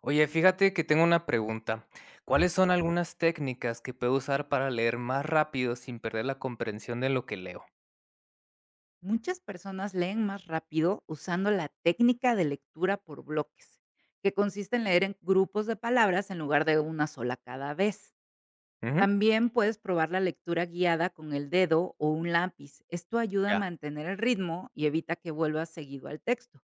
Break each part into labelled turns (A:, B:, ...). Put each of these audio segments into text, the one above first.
A: Oye, fíjate que tengo una pregunta. ¿Cuáles son algunas técnicas que puedo usar para leer más rápido sin perder la comprensión de lo que leo?
B: Muchas personas leen más rápido usando la técnica de lectura por bloques, que consiste en leer en grupos de palabras en lugar de una sola cada vez.
A: Ujú.
B: También puedes probar la lectura guiada con el dedo o un lápiz. Esto ayuda a
A: Ya.
B: mantener el ritmo y evita que vuelvas seguido al texto.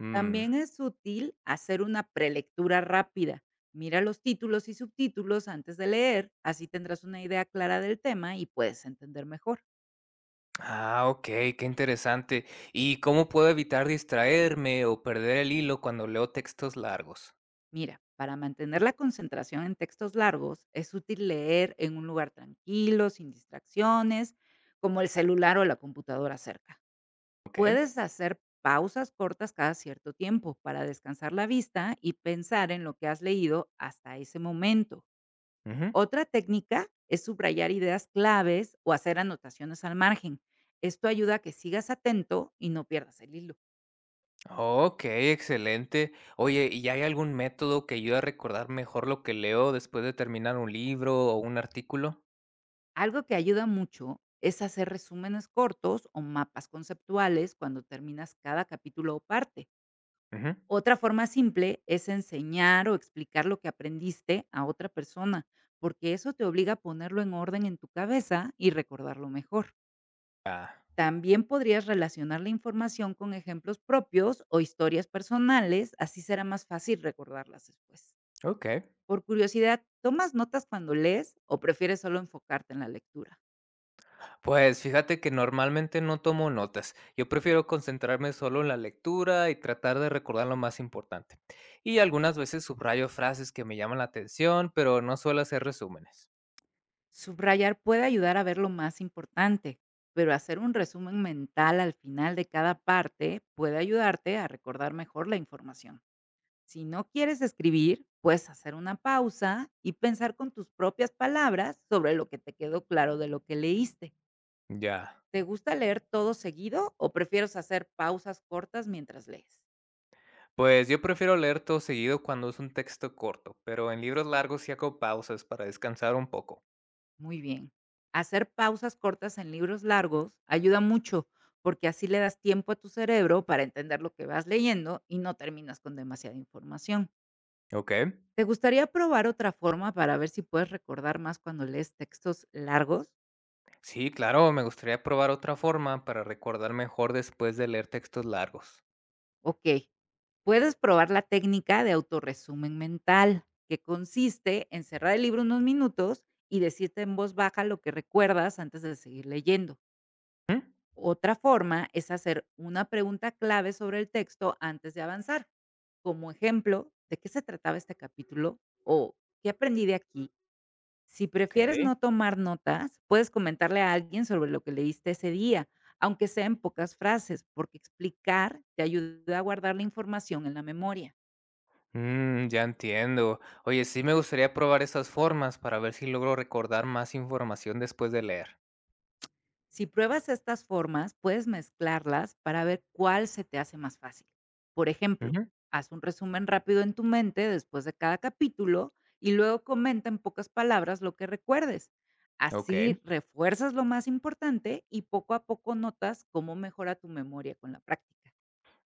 A: Mm.
B: También es útil hacer una prelectura rápida. Mira los títulos y subtítulos antes de leer, así tendrás una idea clara del tema y puedes entender mejor.
A: Ah, ok, qué interesante. ¿Y cómo puedo evitar distraerme o perder el hilo cuando leo textos largos?
B: Mira, para mantener la concentración en textos largos, es útil leer en un lugar tranquilo, sin distracciones, como el celular o la computadora cerca.
A: Ok.
B: Puedes hacer pausas cortas cada cierto tiempo para descansar la vista y pensar en lo que has leído hasta ese momento.
A: Ujú.
B: Otra técnica es subrayar ideas claves o hacer anotaciones al margen. Esto ayuda a que sigas atento y no pierdas el hilo.
A: Ok, excelente. Oye, ¿y hay algún método que ayude a recordar mejor lo que leo después de terminar un libro o un artículo?
B: Algo que ayuda mucho es hacer resúmenes cortos o mapas conceptuales cuando terminas cada capítulo o parte.
A: Ujú.
B: Otra forma simple es enseñar o explicar lo que aprendiste a otra persona, porque eso te obliga a ponerlo en orden en tu cabeza y recordarlo mejor.
A: Ah,
B: También podrías relacionar la información con ejemplos propios o historias personales, así será más fácil recordarlas después.
A: ok.
B: Por curiosidad, ¿tomas notas cuando lees o prefieres solo enfocarte en la lectura?
A: Pues fíjate que normalmente no tomo notas. Yo prefiero concentrarme solo en la lectura y tratar de recordar lo más importante. Y algunas veces subrayo frases que me llaman la atención, pero no suelo hacer resúmenes.
B: Subrayar puede ayudar a ver lo más importante, pero hacer un resumen mental al final de cada parte puede ayudarte a recordar mejor la información. Si no quieres escribir, puedes hacer una pausa y pensar con tus propias palabras sobre lo que te quedó claro de lo que leíste.
A: Ya.
B: ¿Te gusta leer todo seguido o prefieres hacer pausas cortas mientras lees?
A: Pues yo prefiero leer todo seguido cuando es un texto corto, pero en libros largos sí hago pausas para descansar un poco.
B: Muy bien. Hacer pausas cortas en libros largos ayuda mucho, porque así le das tiempo a tu cerebro para entender lo que vas leyendo y no terminas con demasiada información.
A: Ok.
B: ¿Te gustaría probar otra forma para ver si puedes recordar más cuando lees textos largos?
A: Sí, claro, me gustaría probar otra forma para recordar mejor después de leer textos largos.
B: Ok. Puedes probar la técnica de autorresumen mental, que consiste en cerrar el libro unos minutos y decirte en voz baja lo que recuerdas antes de seguir leyendo.
A: ¿Mm?
B: Otra forma es hacer una pregunta clave sobre el texto antes de avanzar, como ejemplo, ¿de qué se trataba este capítulo? O ¿qué aprendí de aquí? Si prefieres
A: Ok.
B: no tomar notas, puedes comentarle a alguien sobre lo que leíste ese día, aunque sea en pocas frases, porque explicar te ayuda a guardar la información en la memoria.
A: Mm, ya entiendo. Oye, sí me gustaría probar esas formas para ver si logro recordar más información después de leer.
B: Si pruebas estas formas, puedes mezclarlas para ver cuál se te hace más fácil. Por ejemplo,
A: Ujú.
B: haz un resumen rápido en tu mente después de cada capítulo y luego comenta en pocas palabras lo que recuerdes.
A: Ok,
B: Así refuerzas lo más importante y poco a poco notas cómo mejora tu memoria con la práctica.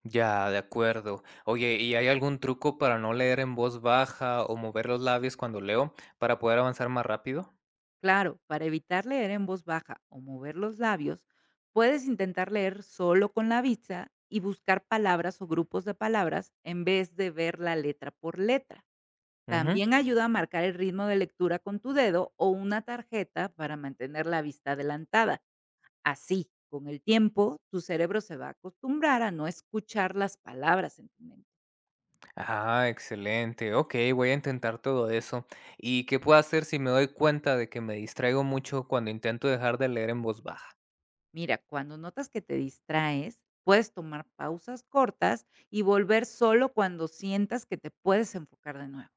A: ya, de acuerdo. Oye, ¿y hay algún truco para no leer en voz baja o mover los labios cuando leo para poder avanzar más rápido?
B: Claro, para evitar leer en voz baja o mover los labios, puedes intentar leer solo con la vista y buscar palabras o grupos de palabras en vez de ver la letra por letra.
A: Ujú.
B: También ayuda a marcar el ritmo de lectura con tu dedo o una tarjeta para mantener la vista adelantada. Así, con el tiempo, tu cerebro se va a acostumbrar a no escuchar las palabras en tu mente.
A: Ah, excelente. Ok, voy a intentar todo eso. ¿Y qué puedo hacer si me doy cuenta de que me distraigo mucho cuando intento dejar de leer en voz baja?
B: Mira, cuando notas que te distraes, puedes tomar pausas cortas y volver solo cuando sientas que te puedes enfocar de nuevo.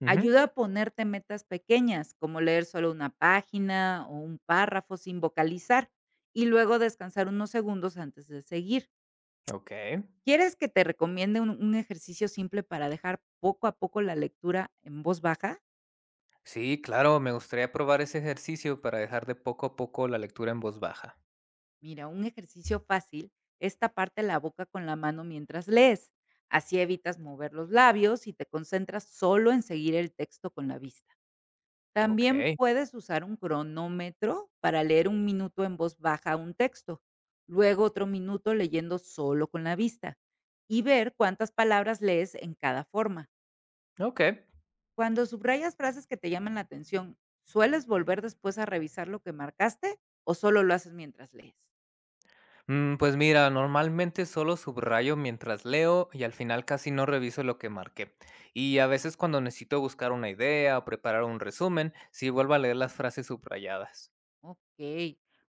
A: Ujú.
B: Ayuda a ponerte metas pequeñas, como leer solo una página o un párrafo sin vocalizar, y luego descansar unos segundos antes de seguir.
A: Ok.
B: ¿Quieres que te recomiende un ejercicio simple para dejar poco a poco la lectura en voz baja?
A: Sí, claro, me gustaría probar ese ejercicio para dejar de poco a poco la lectura en voz baja.
B: Mira, un ejercicio fácil es taparte la boca con la mano mientras lees. Así evitas mover los labios y te concentras solo en seguir el texto con la vista. También
A: Ok,
B: puedes usar un cronómetro para leer un minuto en voz baja un texto, luego otro minuto leyendo solo con la vista y ver cuántas palabras lees en cada forma.
A: ok.
B: Cuando subrayas frases que te llaman la atención, ¿sueles volver después a revisar lo que marcaste o solo lo haces mientras lees?
A: Mm, pues mira, normalmente solo subrayo mientras leo y al final casi no reviso lo que marqué. Y a veces cuando necesito buscar una idea o preparar un resumen, sí vuelvo a leer las frases subrayadas.
B: Ok.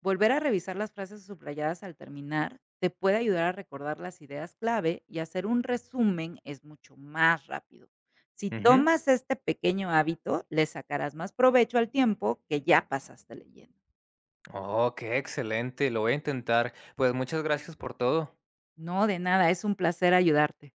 B: Volver a revisar las frases subrayadas al terminar te puede ayudar a recordar las ideas clave, y hacer un resumen es mucho más rápido. Si
A: Ujú.
B: tomas este pequeño hábito, le sacarás más provecho al tiempo que ya pasaste leyendo.
A: Oh, qué excelente, lo voy a intentar. Pues muchas gracias por todo.
B: No, de nada, es un placer ayudarte.